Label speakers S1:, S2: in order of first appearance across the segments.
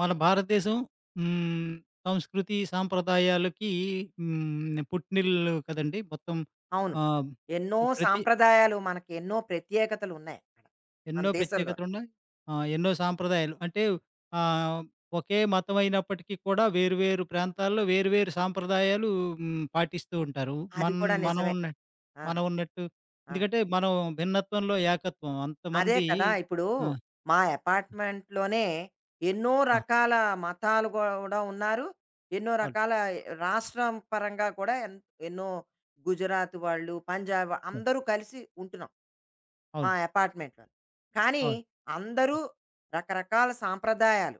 S1: మన భారతదేశం హ్మ్, సంస్కృతి, సాంప్రదాయాలకి పుట్టినిల్లు కదండీ! మొత్తం
S2: అవును.
S1: ఆహ్,
S2: ఎన్నో
S1: ప్రతి
S2: సాంప్రదాయాలు మనకి ఎన్నో ప్రత్యేకతలు ఉన్నాయి అక్కడ. మన
S1: ఎన్నో
S2: దేశంలో.
S1: ప్రత్యేకతలున్నాయి. ఆ! ఎన్నో సాంప్రదాయాలు. అంటే ఆహ్, ఒకే మతం అయినప్పటికీ కూడా వేరు వేరు ప్రాంతాల్లో వేరు వేరు సాంప్రదాయాలు పాటిస్తూ ఉంటారు.
S2: అది
S1: మన్
S2: కూడా
S1: మనం
S2: నిజమే.
S1: ఉన్న
S2: ఆ!
S1: మనం ఉన్నట్టు
S2: ఆ!
S1: ఎందుకంటే మనం భిన్నత్వంలో ఏకత్వం.
S2: అదే
S1: అంతమంది.
S2: కదా! ఇప్పుడు
S1: ఆ!
S2: మా అపార్ట్‌మెంట్‌లోనే ఎన్నో
S1: ఆ!
S2: రకాల మతాలు గూడా ఉన్నారు. ఎన్నో
S1: అవును.
S2: రకాల రాష్ట్రం పరంగా కూడా ఎన్నో గుజరాత్ వాళ్ళు,
S1: అవును.
S2: అందరూ కలిసి ఉంటున్నాం. మా
S1: అవును.
S2: అపార్ట్‌మెంట్‌లో. కానీ
S1: అవును.
S2: అందరూ రకరకాల సాంప్రదాయాలు.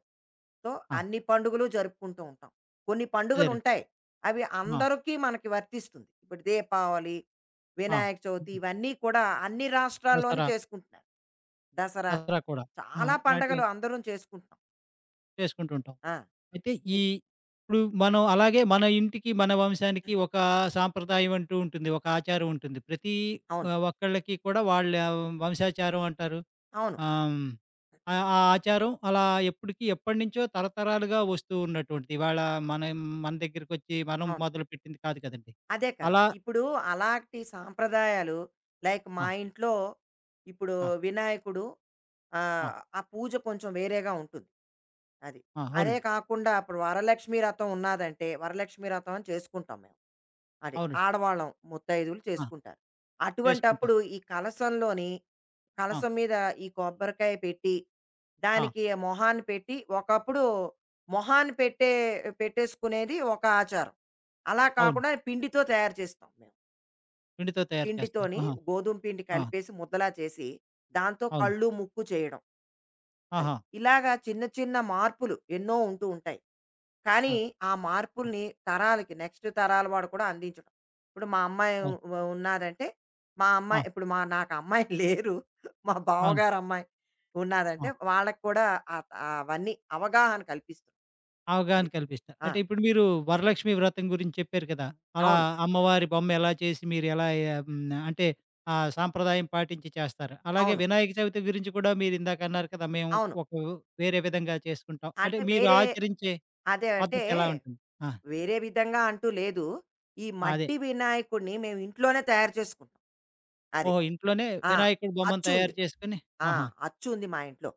S2: సో,
S1: ఆ!
S2: అన్ని పండుగలు జరుపుకుంటూ ఉంటాం. కొన్ని
S1: అదేనండి.
S2: పండుగలుంటాయి. అవి
S1: ఆ!
S2: అందరికీ మనకి వర్తిస్తుంది. ఇప్పుడు దీపావళి,
S1: ఆ!
S2: వినాయక చవితి
S1: హ్మ్.
S2: ఇవన్నీ కూడా అన్ని రాష్ట్రాల్లోని
S1: దసరా
S2: చేసుకుంటున్నారు. దసరా
S1: దసరా కూడా. ఆ!
S2: చాలా
S1: ఇలాంటివి
S2: పండగలు అందరం చేసుకుంటున్నాం.
S1: చేసుకుంటూ ఉంటాం.
S2: ఆ!
S1: అయితే ఈ ఇప్పుడు మనం అలాగే మన ఇంటికి, మన వంశానికి ఒక సాంప్రదాయం అంటూ ఉంటుంది. ఒక ఆచారం ఉంటుంది. ప్రతి
S2: అవును.
S1: ఒక్కళ్ళకి కూడా వాళ్ళ వంశాచారం అంటారు.
S2: అవును.
S1: ఆహ్, హ్మ్. ఆ ఆ ఆచారం అలా ఎప్పటినుంచో తరతరాలుగా వస్తూ ఉన్నటువంటిది. ఇవాళ మన మన దగ్గరికొచ్చి మనం
S2: అవును.
S1: మొదలుపెట్టింది కాదు కదండీ.
S2: అదే కదా!
S1: అలా.
S2: ఇప్పుడు అలాంటి సాంప్రదాయాలు లైక్
S1: ఆ!
S2: మా ఇంట్లో ఇప్పుడు
S1: ఆ!
S2: వినాయకుడు
S1: ఆ!
S2: ఆహ్, ఆ పూజ కొంచెం వేరేగా ఉంటుంది. అది.
S1: ఆ!
S2: అదే
S1: అవునండి.
S2: కాకుండా ఇప్పుడు వరలక్ష్మి వ్రతం ఉన్నాదంటే, వరలక్ష్మి వ్రతం అని చేసుకుంటాం మేము. అది.
S1: అవునండి.
S2: ఆడవాళ్ళం ముత్తైదువులు
S1: ఆ!
S2: చేసుకుంటారు. అటువంటప్పుడు
S1: చేసుకుంటారు.
S2: ఈ కలశంలోని
S1: ఆ!
S2: కలసం మీద ఈ కొబ్బరికాయ పెట్టి,
S1: ఆ!
S2: దానికి మొహాన పెట్టి ఒకప్పుడు మొహాన పెట్టే పెట్టేసుకునేది ఒక ఆచారం. అలా
S1: అవును.
S2: కాకుండా పిండితో తయారు చేస్తాం మేము.
S1: పిండితో తయారు చేస్తారు.
S2: పిండితోని
S1: ఆహా!
S2: గోధుమ పిండి
S1: ఆ!
S2: కలిపేసి ముద్దలా చేసి, దాంతో
S1: అవును.
S2: కళ్ళు, ముక్కు చేయడం. అది.
S1: ఆహా!
S2: ఇలాగా చిన్న చిన్న మార్పులు ఎన్నో ఉంటూ ఉంటాయి. కానీ
S1: ఆ!
S2: ఆ
S1: ఆ!
S2: మార్పుల్ని తరాలకి నెక్స్ట్ తరాల వాడు కూడా అందించడం. ఇప్పుడు మా అమ్మాయి
S1: అవును.
S2: ఉన్నాదంటే, మా అమ్మాయి
S1: ఆ!
S2: ఇప్పుడు నాకు అమ్మాయి లేరు. మా
S1: అవును.
S2: బావగారు అమ్మాయి
S1: ఆ!
S2: ఉన్నాదంటే, వాళ్ళకి కూడా ఆహ్, అవన్నీ అవగాహన కల్పిస్తున్నాం.
S1: అవగాహన
S2: అది.
S1: కల్పిస్తారు.
S2: ఆ!
S1: అంటే ఇప్పుడు మీరు వరలక్ష్మి వ్రతం గురించి చెప్పారు కదా! అలా
S2: అవును.
S1: అమ్మవారి బొమ్మ ఎలా చేసి మీరు ఎలా. ఆహ్, హ్మ్. అంటే ఆ సాంప్రదాయం పాటించి చేస్తారు. అలాగే
S2: అవును.
S1: వినాయక చవితి గురించి కూడా మీరు ఇందాక అన్నారు కదా! మేము
S2: అవును.
S1: ఒక వేరే విధంగా చేసుకుంటాం. అంటే
S2: అంటే
S1: మీరు
S2: వేరే
S1: ఆచరించే
S2: అదే అంటే,
S1: పద్ధతి ఎలా ఉంటుంది? ఆ!
S2: వేరే విధంగా అంటూ లేదు. ఈ
S1: అదే.
S2: మట్టి వినాయకుడిని మేము ఇంట్లోనే తయారు చేసుకుంటాం. అది.
S1: ఓహో! ఇంట్లోనే
S2: ఆ!
S1: వినాయకుడి బొమ్మను
S2: అచ్చుంది.
S1: తయారు చేసుకొని.
S2: ఆ!
S1: ఆహా!
S2: అచ్చు ఉంది మా ఇంట్లో.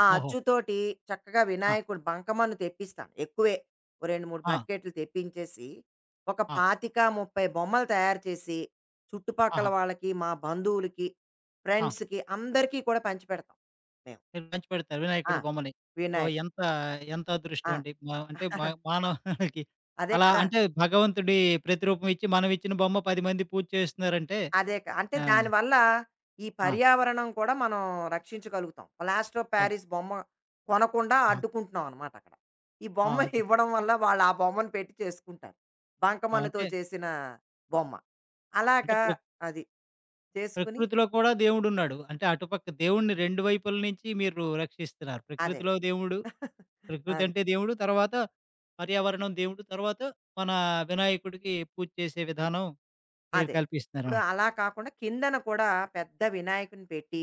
S2: ఆ
S1: ఓహో!
S2: అచ్చుతోటి చక్కగా
S1: ఆ!
S2: వినాయకుడు బంకమన్ను తెప్పిస్తాను. ఎక్కువే. ఓ 2, 3
S1: ఆ!
S2: బకెట్లు తెప్పించేసి, ఒక
S1: ఆ!
S2: 25, 30 బొమ్మలు తయారు చేసి, చుట్టుపక్కల
S1: ఆహా!
S2: వాళ్ళకి, మా బంధువులకి,
S1: ఆ!
S2: ఫ్రెండ్స్‌కి అందరికీ కూడా పంచిపెడతాం మేము.
S1: మీరు పంచిపెడతారు
S2: ఆ!
S1: వినాయకుడి బొమ్మని. ఓహ్!
S2: వినాయకుడు.
S1: ఎంత, ఎంత అదృష్టం
S2: ఆ!
S1: అండి. మా అంటే మా మానవాళికి
S2: అదే
S1: అలా
S2: కదా!
S1: అంటే భగవంతుడి ప్రతిరూపం ఇచ్చి మనం ఇచ్చిన బొమ్మ 10 మంది పూజ చేస్తున్నారంటే.
S2: అదే క అంటే
S1: ఆ!
S2: దానివల్ల ఈ
S1: ఆ!
S2: పర్యావరణం కూడా మనం రక్షించగలుగుతాం. లాస్ట్‌లో
S1: అవును.
S2: ప్యారిస్ బొమ్మ కొనకుండా
S1: ఆ!
S2: అడ్డుకుంటున్నాం అనమాట అక్కడ. ఈ
S1: ఆ!
S2: బొమ్మ
S1: అదే.
S2: ఇవ్వడం వల్ల వాళ్ళు ఆ బొమ్మను పెట్టి చేసుకుంటారు.
S1: ఆ!
S2: బంకమన్నుతో
S1: అంటే,
S2: చేసిన బొమ్మ.
S1: అంటే
S2: అలాగా
S1: ప్ర
S2: అది. చేసుకుని
S1: ప్రకృతిలో కూడా దేవుడున్నాడు. అంటే అటుపక్క దేవుడిని 2 వైపుల నుంచి మీరు రక్షిస్తున్నారు.
S2: అదే.
S1: ప్రకృతిలో దేవుడు, ప్రకృతి
S2: అదే.
S1: అంటే దేవుడు. తర్వాత పర్యావరణం దేవుడు. తర్వాత మన వినాయకుడికి పూజ చేసే విధానం మీరు
S2: అదే. ఇప్పుడు
S1: కల్పిస్తున్నారన్నమాట.
S2: అలా కాకుండా కిందన కూడా పెద్ద వినాయకుడిని పెట్టి,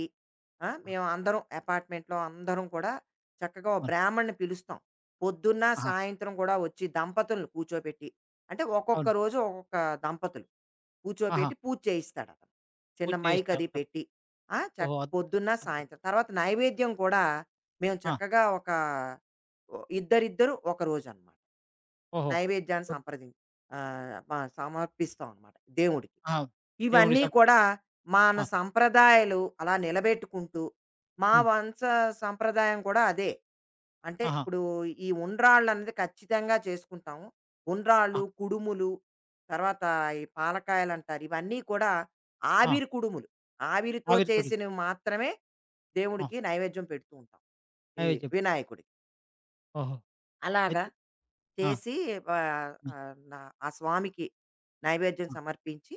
S2: ఆ!
S1: ఆ!
S2: మేము అందరం అపార్ట్మెంట్‌లో అందరం కూడా చక్కగా ఓ
S1: అవును.
S2: బ్రాహ్మణ్ణి పిలుస్తాం. పొద్దున్న,
S1: ఆహా!
S2: సాయంత్రం కూడా వచ్చి దంపతులను కూర్చోబెట్టి, అంటే ఒక్కొక్క
S1: అవును.
S2: రోజు ఒక్కొక్క దంపతులు
S1: ఆహా!
S2: కూర్చోబెట్టి పూజ చేయిస్తాడతను. చిన్న
S1: పూజ
S2: మైక్ అది
S1: చేయిస్తారంటారు.
S2: పెట్టి. ఆ!
S1: ఓహో!
S2: చక్క
S1: అద్భుతం.
S2: పొద్దున్న,
S1: అద్భుతం.
S2: సాయంత్రం. తర్వాత నైవేద్యం కూడా మేము
S1: ఆ!
S2: చక్కగా ఒక ఓ ఇద్దరిద్దరు ఒకరోజనమాట.
S1: ఓహో!
S2: నైవేద్యాన్ని
S1: ఒద్
S2: సంప్రదిం ఆహ్, మ సమర్పిస్తాం అనమాట దేవుడికి.
S1: ఆహా! దేవుడికి
S2: ఇవన్నీ కూడా
S1: సమర్పిస్తారు.
S2: మన
S1: ఆ!
S2: సంప్రదాయాలు అలా నిలబెట్టుకుంటూ, మా
S1: హ్మ్.
S2: వంశ సంప్రదాయం కూడా అదే. అంటే
S1: ఆహా!
S2: ఇప్పుడు ఈ ఉండ్రాళ్ళనేది ఖచ్చితంగా చేసుకుంటాం.
S1: ఆ!
S2: ఉండ్రాళ్ళు, కుడుములు, తర్వాత ఈ పాలకాయలంటారు. ఇవన్నీ కూడా
S1: ఆ!
S2: ఆవిరి కుడుములు. ఆవిరితో
S1: ఆవిరికుడికి.
S2: చేసినవి మాత్రమే
S1: ఆ!
S2: దేవుడికి నైవేద్యం పెడుతూ ఉంటాం. ఈ
S1: నైవేద్యం.
S2: వినాయకుడికి.
S1: ఓహో!
S2: అలాగా
S1: అయితే. ఆ!
S2: చేసి వ
S1: హ్మ్.
S2: ఆహ్, నా ఆ స్వామికి నైవేద్యం
S1: ఆ!
S2: సమర్పించి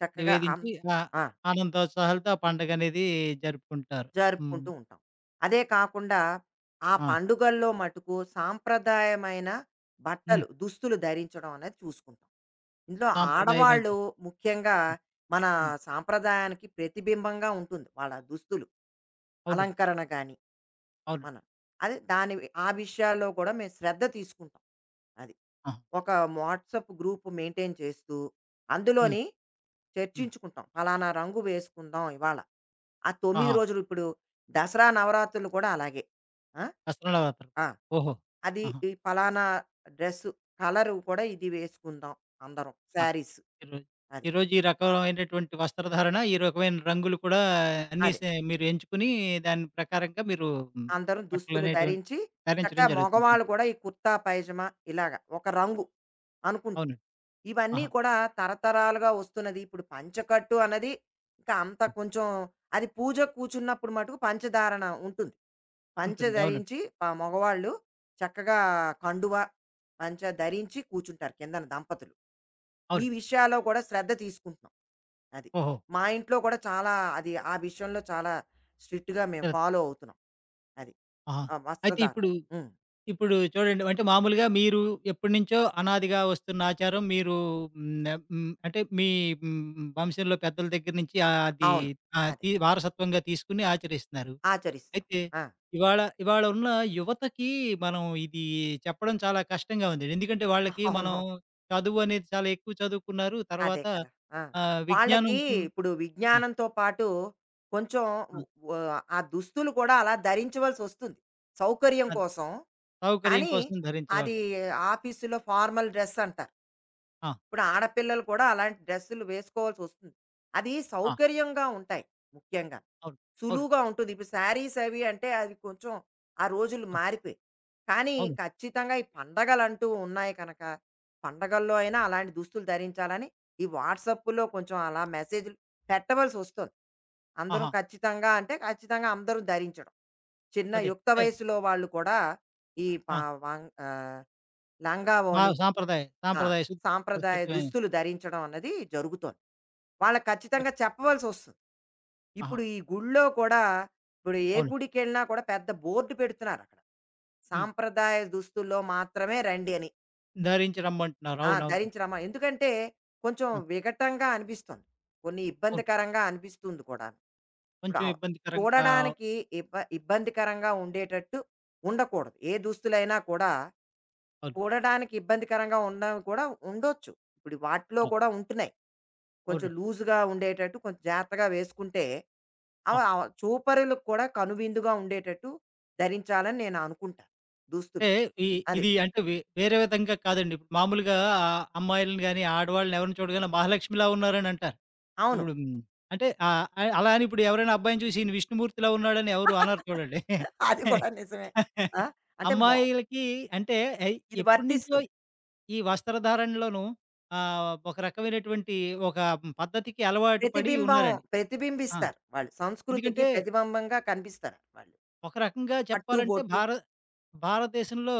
S2: చక్కగా
S1: నివేదించి ఆహ్,
S2: ఆ!
S1: ఆనందోత్సాహాలతో ఆ పండగనేది జరుపుకుంటారు. హ్మ్.
S2: జరుపుకుంటూ ఉంటాం. అదే కాకుండా ఆ
S1: ఆ!
S2: పండుగల్లో మటుకు సాంప్రదాయమైన
S1: హ్మ్.
S2: బట్టలు, దుస్తులు ధరించడం అనేది చూసుకుంటాం. ఇందులో ఆడవాళ్ళు
S1: సాంప్రదాయమైనది.
S2: ముఖ్యంగా
S1: హ్మ్.
S2: మన
S1: హ్మ్.
S2: సాంప్రదాయానికి ప్రతిబింబంగా ఉంటుంది. వాళ్ళ దుస్తులు,
S1: అవునండి.
S2: అలంకరణ గాని
S1: అవునండి.
S2: మనం. అది దాని ఆ విషయాల్లో కూడా మేము శ్రద్ధ తీసుకుంటాం. అది.
S1: ఆహా!
S2: ఒక వాట్సాప్ గ్రూప్ మెయింటైన్ చేస్తూ
S1: హ్మ్.
S2: అందులోని
S1: హ్మ్.
S2: చర్చించుకుంటాం. ఫలానా రంగు వేసుకుందాం ఇవాళ. ఆ 9
S1: ఆహా!
S2: రోజులు ఇప్పుడు దసరా, నవరాత్రులు కూడా అలాగే. ఆ!
S1: దసరాలో ఆడతారు.
S2: ఆ!
S1: ఓహో!
S2: అది
S1: ఆహా!
S2: ఈ పలానా డ్రెస్సు కలరు కూడా ఇది వేసుకుందాం అందరం శారీస్.
S1: ఈరోజు
S2: అది.
S1: ఈరోజు ఈ రకమైనటువంటి వస్త్రధారణ, ఈ రకమైన రంగులు కూడా అన్నీ
S2: అదే.
S1: మీరు ఎంచుకుని దాని ప్రకారంగా మీరు హ్మ్,
S2: అందరం దుస్తులు
S1: బట్టలనేటువంటి
S2: ధరించి చక్కగా
S1: ధరించడం జరుగుతుంది.
S2: మగవాళ్ళు కూడా ఈ కుర్తా, పైజమా ఇలాగ ఒక రంగు అనుకుంటాం.
S1: అవునండి.
S2: ఇవన్నీ
S1: ఆహా!
S2: కూడా తరతరాలుగా వస్తున్నది. ఇప్పుడు పంచకట్టు అన్నది ఇంకా అంత
S1: హ్మ్.
S2: కొంచెం అది పూజకు కూర్చున్నప్పుడు మటుకు పంచదారణ ఉంటుంది. పంచ
S1: ఉంటుంది. అవును.
S2: ధరించి ఆ మగవాళ్ళు చక్కగా కండువ పంచ ధరించి కూర్చుంటారు కిందన దంపతులు. ఈ
S1: అవును.
S2: విషయాల్లో కూడా శ్రద్ధ తీసుకుంటున్నాం. అది.
S1: ఓహో!
S2: మా ఇంట్లో కూడా చాలా అది ఆ విషయంలో చాలా స్ట్రిక్ట్‌గా మేము
S1: తెల్
S2: ఫాలో అవుతున్నాం. అది.
S1: ఆహా!
S2: ఆ
S1: అయితే
S2: వస్త్రధారణ.
S1: ఇప్పుడు,
S2: హ్మ్.
S1: ఇప్పుడు చూడండి అంటే మామూలుగా మీరు ఎప్పటినుంచో అనాదిగా వస్తున్న ఆచారం మీరు అంటే మీ వంశంలో పెద్దల దగ్గర నుంచి అది
S2: అవును.
S1: ఆహ్,
S2: అదే.
S1: తి వారసత్వంగా తీసుకొని ఆచరిస్తున్నారు.
S2: ఆచరిస్తున్నాం.
S1: అయితే
S2: ఆ!
S1: ఇవాళ ఇవాళ ఉన్న యువతకి మనం ఇది చెప్పడం చాలా కష్టంగా ఉందండి. ఎందుకంటే వాళ్ళకి మనం
S2: అవును.
S1: చదువు అనేది చాలా ఎక్కువ చదువుకున్నారు.
S2: అదే
S1: తర్వాత
S2: కదా! ఆ!
S1: విజ్ఞానం.
S2: వాళ్ళకి
S1: హ్మ్.
S2: ఇప్పుడు
S1: ఆ!
S2: విజ్ఞానంతో పాటు కొంచెం
S1: ఆ!
S2: వ ఆ దుస్తులు కూడా అలా ధరించవలసొస్తుంది. సౌకర్యం
S1: ఆ!
S2: కోసం.
S1: సౌకర్యం
S2: కానీ
S1: కోసం
S2: అది
S1: ధరించవలసి.
S2: ఆఫీసులో ఫార్మల్ డ్రెస్ అంటారు.
S1: ఆ!
S2: ఇప్పుడు ఆడపిల్లలు కూడా అలాంటి డ్రెస్సులు వేసుకోవాల్సి వస్తుంది. అది
S1: ఆ!
S2: సౌకర్యంగా ఉంటాయి ముఖ్యంగా.
S1: అవును. అవును.
S2: సులువుగా ఉంటుంది. ఇప్పుడు శారీస్ అవి అంటే అవి కొంచెం ఆ రోజులు
S1: అవును.
S2: మారిపోయాయి. కానీ
S1: అవును.
S2: ఖచ్చితంగా ఈ పండగలంటూ ఉన్నాయి కనుక పండగల్లో అయినా అలాంటి దుస్తులు ధరించాలని ఈ వాట్సాప్‌లో కొంచెం అలా మెసేజ్‌లు పెట్టవలసొస్తుంది. అందరం
S1: ఆహా!
S2: ఖచ్చితంగా అంటే ఖచ్చితంగా అందరూ ధరించడం. చిన్న
S1: అదే.
S2: యుక్త
S1: అంటే.
S2: వయసులో వాళ్ళు కూడా ఈ పా
S1: ఆ!
S2: వాంగ్ ఆహ్, లంగా
S1: మా
S2: ఓణి
S1: సాంప్రదాయ
S2: ఆ!
S1: సాంప్రదాయ
S2: సాంప్రదాయ
S1: ఖచ్చితమైన.
S2: దుస్తులు ధరించడం అన్నది జరుగుతోంది. వాళ్ళకి ఖచ్చితంగా చెప్పవలసొస్తుంది.
S1: ఆహా!
S2: ఇప్పుడు ఈ గుడిలో కూడా ఇప్పుడు ఏ
S1: అవును.
S2: గుడికెళ్ళినా కూడా పెద్ద బోర్డ్ పెడుతున్నారక్కడ.
S1: హ్మ్.
S2: సాంప్రదాయ దుస్తుల్లో మాత్రమే రండి అని.
S1: ధరించరమ్మంటున్నారు.
S2: ఆ!
S1: అవునవును.
S2: ధరించి రమ్మని. ఎందుకంటే కొంచెం
S1: ఆ!
S2: విఘటంగా అనిపిస్తుంది. కొన్ని
S1: అవును.
S2: ఇబ్బందికరంగా అనిపిస్తుంది కూడా. ఇప్పుడు
S1: కొంచెం ఇబ్బందికరంగా.
S2: చూడడానికి ఇబ్బందికరంగా ఉండేటట్టు ఉండకూడదు. ఏ దుస్తులైనా కూడా
S1: అవును.
S2: చూడడానికి ఇబ్బందికరంగా ఉండడం కూడా ఉండొచ్చు. ఇప్పుడు వాటిలో
S1: అవును.
S2: కూడా ఉంటున్నాయి. కొంచెం
S1: అవునండి.
S2: లూజ్‌గా ఉండేటట్టు కొంచెం జాగ్రత్తగా వేసుకుంటే అవి
S1: అవును.
S2: చూపరులకు కూడా కనువిందుగా ఉండేటట్టు ధరించాలని నేను అనుకుంటా దుస్తులు.
S1: అంటే ఈ
S2: అది.
S1: ఇది అంటే వే వేరే విధంగా కాదండి. ఇప్పుడు మామూలుగా అమ్మాయిలని గాని, ఆడవాళ్ళని ఎవరిని చూడగానే మహాలక్ష్మిలా ఉన్నారని అంటారు.
S2: అవును.
S1: ఇప్పుడు హ్మ్. అంటే ఆహ్, ఆహ్, అలా అని ఇప్పుడు ఎవరైనా అబ్బాయిని చూసి ఈయన విష్ణుమూర్తిలా ఉన్నాడని ఎవరు అనరు చూడండి.
S2: అది కూడా నిజమే. ఆ! అంటే మొ
S1: అమ్మాయిలకి అంటే
S2: ఇది
S1: ఎప్పటినుంచో
S2: వర్తిస్తుంది.
S1: ఈ వస్త్రధారణలోను ఒక రకమైనటువంటి ఒక పద్ధతికి అలవాటు పడి
S2: ప్రతిబింబం
S1: ఉన్నారండి. ఆ!
S2: ప్రతిబింబిస్తారు వాళ్ళు. సంస్కృతికి
S1: ఎందుకంటే
S2: ప్రతిబింబంగా కనిపిస్తారు వాళ్ళు.
S1: ఒక రకంగా
S2: అట్టు
S1: చెప్పాలంటే
S2: బొట్టు.
S1: భారతదేశంలో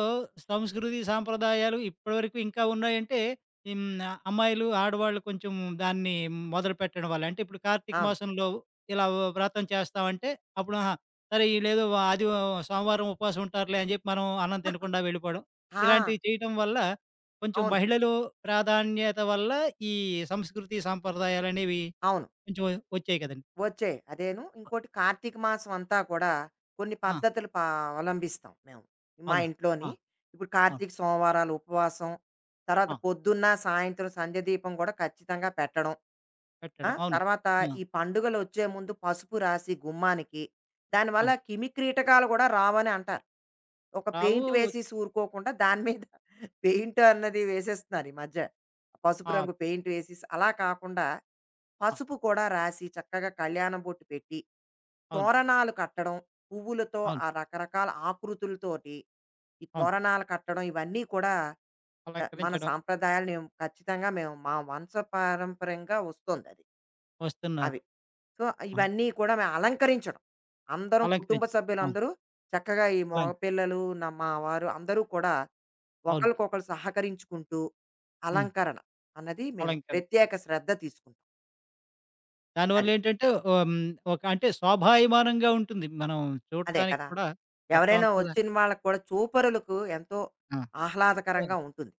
S1: సంస్కృతి, సాంప్రదాయాలు ఇప్పటివరకు ఇంకా ఉన్నాయంటే. హ్మ్. అమ్మాయిలు, ఆడవాళ్ళు కొంచెం దాన్ని మొదలుపెట్టడం వల్ల. అంటే ఇప్పుడు కార్తీక
S2: అవును.
S1: మాసంలో ఇలా వ్రతం చేస్తామంటే అప్పుడు ఆహా! సరే ఈళ్ళేదో ఆది సోమవారం ఉపవాసం ఉంటారులే అని చెప్పి మనం అన్నం తినకుండా వెళ్ళిపోవడం.
S2: ఆ!
S1: ఇలాంటివి చేయటం వల్ల కొంచెం
S2: అవును.
S1: మహిళలు ప్రాధాన్యత వల్ల ఈ సంస్కృతి, సాంప్రదాయాలనేవి
S2: అవును.
S1: కొంచెం వచ్చాయి కదండీ.
S2: వచ్చాయి. అదేను. ఇంకోటి కార్తీక మాసం అంతా కూడా కొన్ని
S1: ఆ!
S2: పద్ధతులు అవలంబిస్తాం మేము. మా
S1: అవునండి.
S2: ఇంట్లోని.
S1: ఆ!
S2: ఇప్పుడు
S1: అవును.
S2: కార్తీక సోమవారాలు ఉపవాసం. తర్వాత
S1: ఆ!
S2: పొద్దున్న, సాయంత్రం సంధ్య దీపం కూడా ఖచ్చితంగా పెట్టడం. ఆ!
S1: పెట్టడం. అవును.
S2: తర్వాత
S1: ఆ!
S2: ఈ పండుగలొచ్చే ముందు పసుపు రాసి గుమ్మానికి. దానివల్ల
S1: అవును.
S2: క్రిమి కీటకాలు కూడా రావని అంటారు. ఒక
S1: రావు
S2: పెయింట్ వేసేసి ఊరుకోకుండా దాని మీద పెయింట్ అన్నది వేసేస్తున్నారు ఈ మధ్య. పసుపు
S1: ఆ!
S2: రంగు పెయింట్ వేసేసి అలా కాకుండా
S1: ఆ!
S2: పసుపు కూడా రాసి చక్కగా కళ్యాణం బొట్టు పెట్టి,
S1: అవును.
S2: తోరణాలు కట్టడం, పువ్వులతో
S1: అవును.
S2: ఆ రకరకాల ఆకృతులతోటి ఈ
S1: అవును.
S2: తోరణాలు కట్టడం ఇవన్నీ కూడా మన
S1: అలంకరించడం.
S2: సాంప్రదాయాలు మేము మా వంశపారంపర్యంగా వస్తోందది. అవి.
S1: వస్తున్నది.
S2: సో,
S1: అవును.
S2: ఇవన్నీ కూడా మేము అలంకరించడం. అందరం కుటుంబ
S1: అలంకరించడం. అవును.
S2: సభ్యులందరూ చక్కగా ఈ మగ
S1: అలాగే.
S2: పిల్లలు, మా వారు అందరూ కూడా
S1: అవును.
S2: ఒకళ్ళకొకళ్ళు సహకరించుకుంటూ
S1: హ్మ్.
S2: అలంకరణ అన్నది మేము
S1: అలంకరణ.
S2: ప్రత్యేక శ్రద్ధ తీసుకుంటాం. అది.
S1: దానివల్లేంటంటే. ఓహ్! హ్మ్. ఒక అంటే శోభాయమానంగా ఉంటుంది. మనం
S2: అదే
S1: చూడటానికి
S2: కదా!
S1: కూడా మొత్తం
S2: ఎవరైనా
S1: అంతా కూడా.
S2: వచ్చిన వాళ్ళకి కూడా చూపరులకు ఎంతో
S1: ఆ! అవును.
S2: ఆహ్లాదకరంగా ఉంటుంది.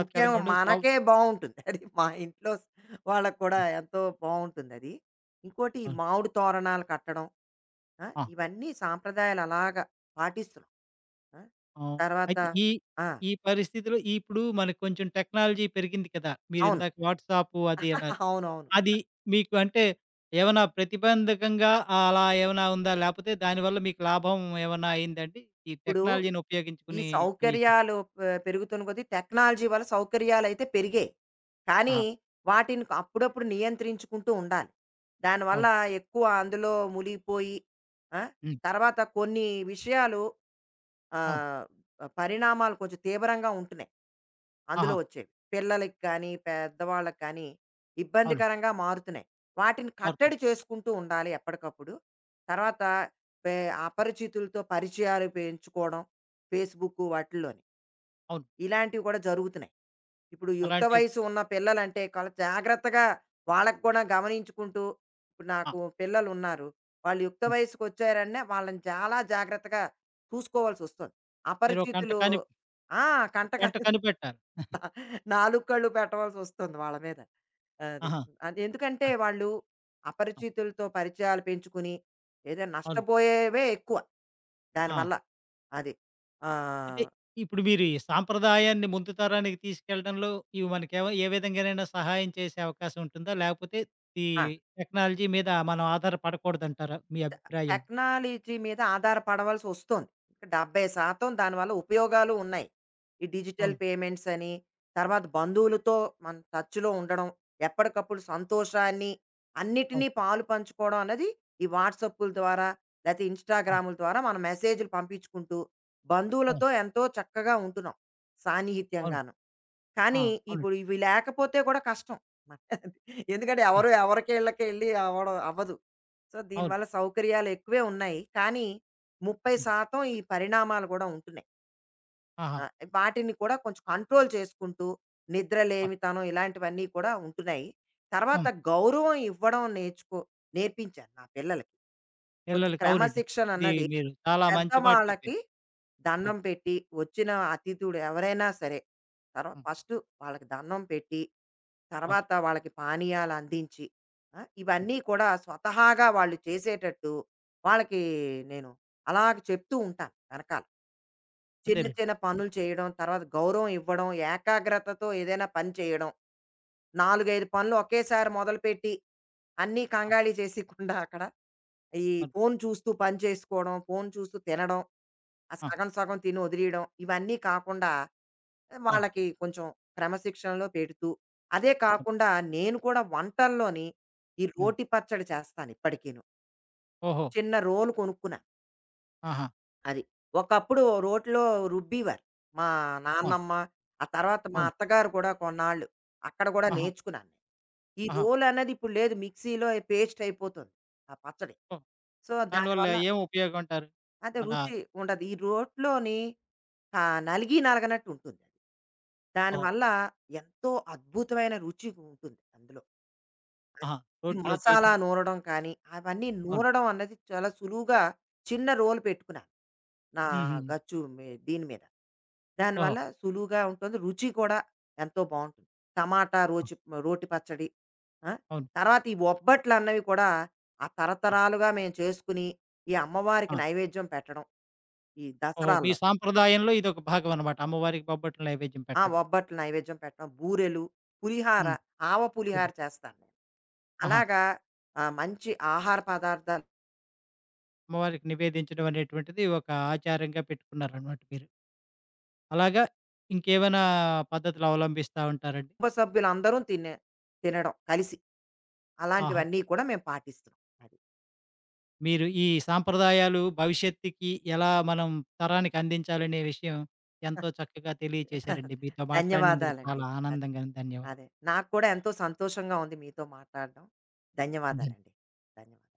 S2: ముఖ్యంగా
S1: ఉండదు.
S2: మనకే బావుంటుంది. అది మా ఇంట్లో వాళ్ళకి కూడా ఎంతో బావుంటుందది. ఇంకోటి ఈ
S1: అవును.
S2: మామిడి తోరణాలు కట్టడం. ఆ!
S1: ఆ!
S2: ఇవన్నీ సాంప్రదాయాలు అలాగా పాటిస్తున్నాం. ఆ!
S1: ఆహ్,
S2: తర్వాత
S1: అయితే ఈ
S2: ఆ!
S1: ఈ పరిస్థితిలో ఇప్పుడు మనకు కొంచెం టెక్నాలజీ పెరిగింది కదా!
S2: అవును.
S1: మీరిందాక వాట్సాప్ అది అన్నారు.
S2: అవునవును.
S1: అది మీకు అంటే ఏమైనా ప్రతిబంధకంగా అలా ఏమైనా ఉందా? లేపోతే దానివల్ల మీకు లాభం ఏమన్నా అయిందండి? ఈ
S2: ఇప్పుడు
S1: టెక్నాలజీని
S2: ఈ
S1: ఉపయోగించుకుని ఈ స
S2: సౌకర్యాలు పెరుగుతున్న కొద్దీ టెక్నాలజీ వల్ల సౌకర్యాలయితే పెరిగాయి. కానీ
S1: ఆహా!
S2: వాటిని అప్పుడప్పుడు నియంత్రించుకుంటూ ఉండాలి. దానివల్ల
S1: అవును.
S2: ఎక్కువ అందులో మునిగిపోయి ఆ!
S1: హ్మ్.
S2: తర్వాత కొన్ని విషయాలు
S1: అవును.
S2: ఆహ్, పరిణామాలు కొంచెం తీవ్రంగా ఉంటున్నాయి. అందులో
S1: ఆహా!
S2: వచ్చేవి. పిల్లలకి కానీ, పెద్దవాళ్ళకి కానీ
S1: అవునండి.
S2: ఇబ్బందికరంగా మారుతున్నాయి. వాటిని కట్టడి
S1: మారుతుంది.
S2: చేసుకుంటూ ఉండాలి ఎప్పటికప్పుడు. తర్వాత పే అపరిచితులతో పరిచయాలు పెంచుకోవడం. ఫేస్‌బుక్ వాటిల్లోని.
S1: అవును.
S2: ఇలాంటివి కూడా జరుగుతున్నాయి. ఇప్పుడు యుక్త
S1: అలాంటి.
S2: వయసు ఉన్న పిల్లలంటే చాలా జాగ్రత్తగా వాళ్ళకి కూడా గమనించుకుంటూ ఇప్పుడు
S1: ఆ!
S2: నాకు పిల్లలు ఉన్నారు. వాళ్ళు యుక్త
S1: హ్మ్.
S2: వయసుకి వచ్చారంటే వాళ్ళని చాలా జాగ్రత్తగా చూసుకోవాల్సి వస్తుంది.
S1: మీరు ఒక గంట
S2: అపరిచితులు
S1: కాని
S2: ఆ!
S1: ఒక
S2: కంట
S1: గంట కనిపెట్టాలి.
S2: నాలుగు కళ్ళు పెట్టవలసి వస్తుంది వాళ్ళ మీద. అది.
S1: ఆహా!
S2: అది ఎందుకంటే
S1: ఆ!
S2: వాళ్ళు
S1: ఆ!
S2: అపరిచితులతో పరిచయాలు పెంచుకుని ఏదో
S1: అవును.
S2: నష్టపోయేవే ఎక్కువ.
S1: ఆ!
S2: దానివల్ల. అది.
S1: అయితే
S2: ఆహ్,
S1: ఇప్పుడు మీరు ఈ సాంప్రదాయాన్ని ముందు తరానికి తీసుకెళ్ళడంలో ఇవి మనకేమో ఏ విధంగానైనా సహాయం చేసే అవకాశం ఉంటుందా? లేకపోతే ఈ
S2: ఆ!
S1: టెక్నాలజీ మీద మనం ఆధారపడకూడదంటారా? మీ అభిప్రాయం?
S2: టెక్నాలజీ మీద ఆధారపడవలసి వస్తోంది. 70% దానివల్ల ఉపయోగాలు ఉన్నాయి. ఈ డిజిటల్
S1: అవును.
S2: పేమెంట్స్ అని, తర్వాత బంధువులతో మనం టచ్‌లో ఉండడం, ఎప్పటికప్పుడు సంతోషాన్ని, అన్నిటినీ
S1: అవును.
S2: పాలు పంచుకోవడం అన్నది ఈ వాట్సాప్పుల ద్వారా, లేతే
S1: ఆ!
S2: ఇన్‌స్టాగ్రాముల ద్వారా మనం మెసేజ్‌లు పంపించుకుంటూ,
S1: అవును.
S2: బంధువులతో ఎంతో చక్కగా ఉంటున్నాం.
S1: అవును.
S2: సాన్నిహిత్యంగాను.
S1: ఆ!
S2: కానీ
S1: అవునండి.
S2: ఇప్పుడు ఇవి లేకపోతే కూడా కష్టం. ఎందుకంటే
S1: ఏ
S2: ఎవరు ఎవరికీళ్ళకి ఎళ్లి అవ్వడం అవ్వదు. సో,
S1: అవును.
S2: దీనివల్ల సౌకర్యాలు ఎక్కువే ఉన్నాయి. కానీ
S1: హ్మ్.
S2: 30% ఈ పరిణామాలు గూడా ఉంటున్నాయి.
S1: ఆహా!
S2: ఆహ్, వాటిని కూడా కొంచెం కంట్రోల్ చేసుకుంటూ,
S1: ఆ!
S2: నిద్రలేమితనం ఇలాంటివన్నీ కూడా ఉంటున్నాయి. తర్వాత
S1: హ్మ్.
S2: గౌరవం ఇవ్వడం నేర్చుకో నేర్పించాను నా పిల్లలకి. కొంచెం
S1: పిల్లలకి అవునండి.
S2: క్రమశిక్షణ
S1: ఇది
S2: అన్నది
S1: మీరు చాలా మంచి మాట
S2: పెద్దవాళ్ళకి
S1: చెప్పారు. ఆ!
S2: దండం పెట్టి వచ్చిన అతిథుడు ఎవరైనా సరే తర్వాత
S1: ఆ!
S2: ఫస్ట్ వాళ్ళకి దండం పెట్టి
S1: అవును.
S2: తర్వాత వాళ్ళకి పానీయాలు అందించి ఆ,
S1: హ్మ్.
S2: ఇవన్నీ కూడా స్వతహాగా వాళ్ళు చేసేటట్టు వాళ్ళకి నేను అలాగ చెప్తూ ఉంటాను వెనకాల చిన్న
S1: అదేనండి.
S2: చిన్న
S1: హ్మ్.
S2: పనులు చేయడం తర్వాత గౌరవం ఇవ్వడం ఏకాగ్రతతో ఏదైనా పని చేయడం నాలుగైదు పనులు ఒకేసారి మొదలుపెట్టి అన్నీ
S1: ఆ!
S2: కంగాళి చేసికుండా అక్కడ ఈ
S1: అవును.
S2: ఫోన్ చూస్తూ పని చేసుకోవడం, ఫోన్ చూస్తూ తినడం, ఆ
S1: ఆ!
S2: సగం సగం తిని వదిలేయడం ఇవన్నీ కాకుండా
S1: అవును.
S2: వాళ్ళకి కొంచెం క్రమశిక్షణలో పెడుతూ, అదే
S1: అవును.
S2: కాకుండా నేను కూడా వంటల్లోని ఈ
S1: హ్మ్.
S2: రోటి పచ్చడి చేస్తాను ఇప్పటికీను.
S1: ఓహో!
S2: చిన్న రోలు కొనుక్కున్నా
S1: ఆహా!
S2: అది. ఒకప్పుడు రోట్లో రుబ్బేవారు మా
S1: ఆ!
S2: నాన్నమ్మ, ఆ తర్వాత మా
S1: అవును.
S2: అత్తగారు కూడా కొన్నాళ్ళు. అక్కడ కూడా
S1: ఆహా!
S2: నేర్చుకున్నాను. ఈ
S1: ఆహా!
S2: రోలన్నది ఇప్పుడు లేదు మిక్సీలో పేస్ట్ అయిపోతుంది ఆ పచ్చడి.
S1: ఓహ్!
S2: సో
S1: దానివల్ల
S2: దానివల్ల
S1: ఏం ఉపయోగం అంటారు?
S2: అంటే
S1: అలా.
S2: రుచి ఉండదు. ఈ రోట్లోని నలిగి నలగనట్టు ఉంటుంది. అది.
S1: ఓహో!
S2: దానివల్ల ఎంతో అద్భుతమైన రుచి ఉంటుంది అందులో. అది.
S1: ఆహా!
S2: ఈ
S1: రోడ్‌లో
S2: మసాలా
S1: చేయటం.
S2: నూరడం కానీ, అవన్నీ
S1: అవును.
S2: నూరడం అన్నది చాలా సులువుగా చిన్న రోలు పెట్టుకున్నాను. నా
S1: హుహుహు.
S2: గచ్చు మీ దీని మీద.
S1: ఓహో!
S2: దానివల్ల సులువుగా ఉంటుంది. రుచి కూడా ఎంతో బావుంటుంది. టమాటా
S1: ఓహ్!
S2: రోచి రోటి పచ్చడి. ఆ!
S1: అవును.
S2: తర్వాత ఈ బొబ్బట్లన్నవి కూడా ఆ
S1: ఆ!
S2: తరతరాలుగా మేము చేసుకుని, ఈ అమ్మవారికి
S1: ఆ!
S2: నైవేద్యం పెట్టడం. ఈ
S1: ఓహో! మీ
S2: దసరాల్లో.
S1: సాంప్రదాయంలో ఇదొక భాగం అన్నమాట. అమ్మవారికి బొబ్బట్లు నైవేద్యం
S2: ఆ!
S1: పెట్టడం.
S2: బొబ్బట్లు నైవేద్యం పెట్టడం, బూరెలు, పులిహార,
S1: హ్మ్.
S2: ఆవ
S1: అవును.
S2: పులిహార చేస్తాను నేను.
S1: ఆహా!
S2: అలాగా మంచి ఆహార పదార్థాలు
S1: అమ్మవారికి నివేదించడం అనేటువంటిది ఒక ఆచారంగా పెట్టుకున్నారనమాట మీరు. అలాగా ఇంకేమైనా పద్ధతులు అవలంబిస్తా ఉంటారండి?
S2: కుటుంబ సభ్యులందరం తినడం కలిసి.
S1: ఆహా!
S2: అలాంటివన్నీ కూడా మేము పాటిస్తున్నాం. అది.
S1: మీరు ఈ సాంప్రదాయాలు భవిష్యత్తుకి ఎలా మనం తరానికి అందించాలనే విషయం ఎంతో చక్కగా తెలియచేశారండి. మీతో మాట్లాడినందుకు
S2: ధన్యవాదాలండి.
S1: చాలా
S2: అదే.
S1: ఆనందంగా ఉంది. ధన్యవాదాలు.
S2: అదే. నాకు కూడా ఎంతో సంతోషంగా ఉంది మీతో మాట్లాడడం.
S1: ధన్యవాదాలు.
S2: ధన్యవాదాలండి. ధన్యవాదాలు.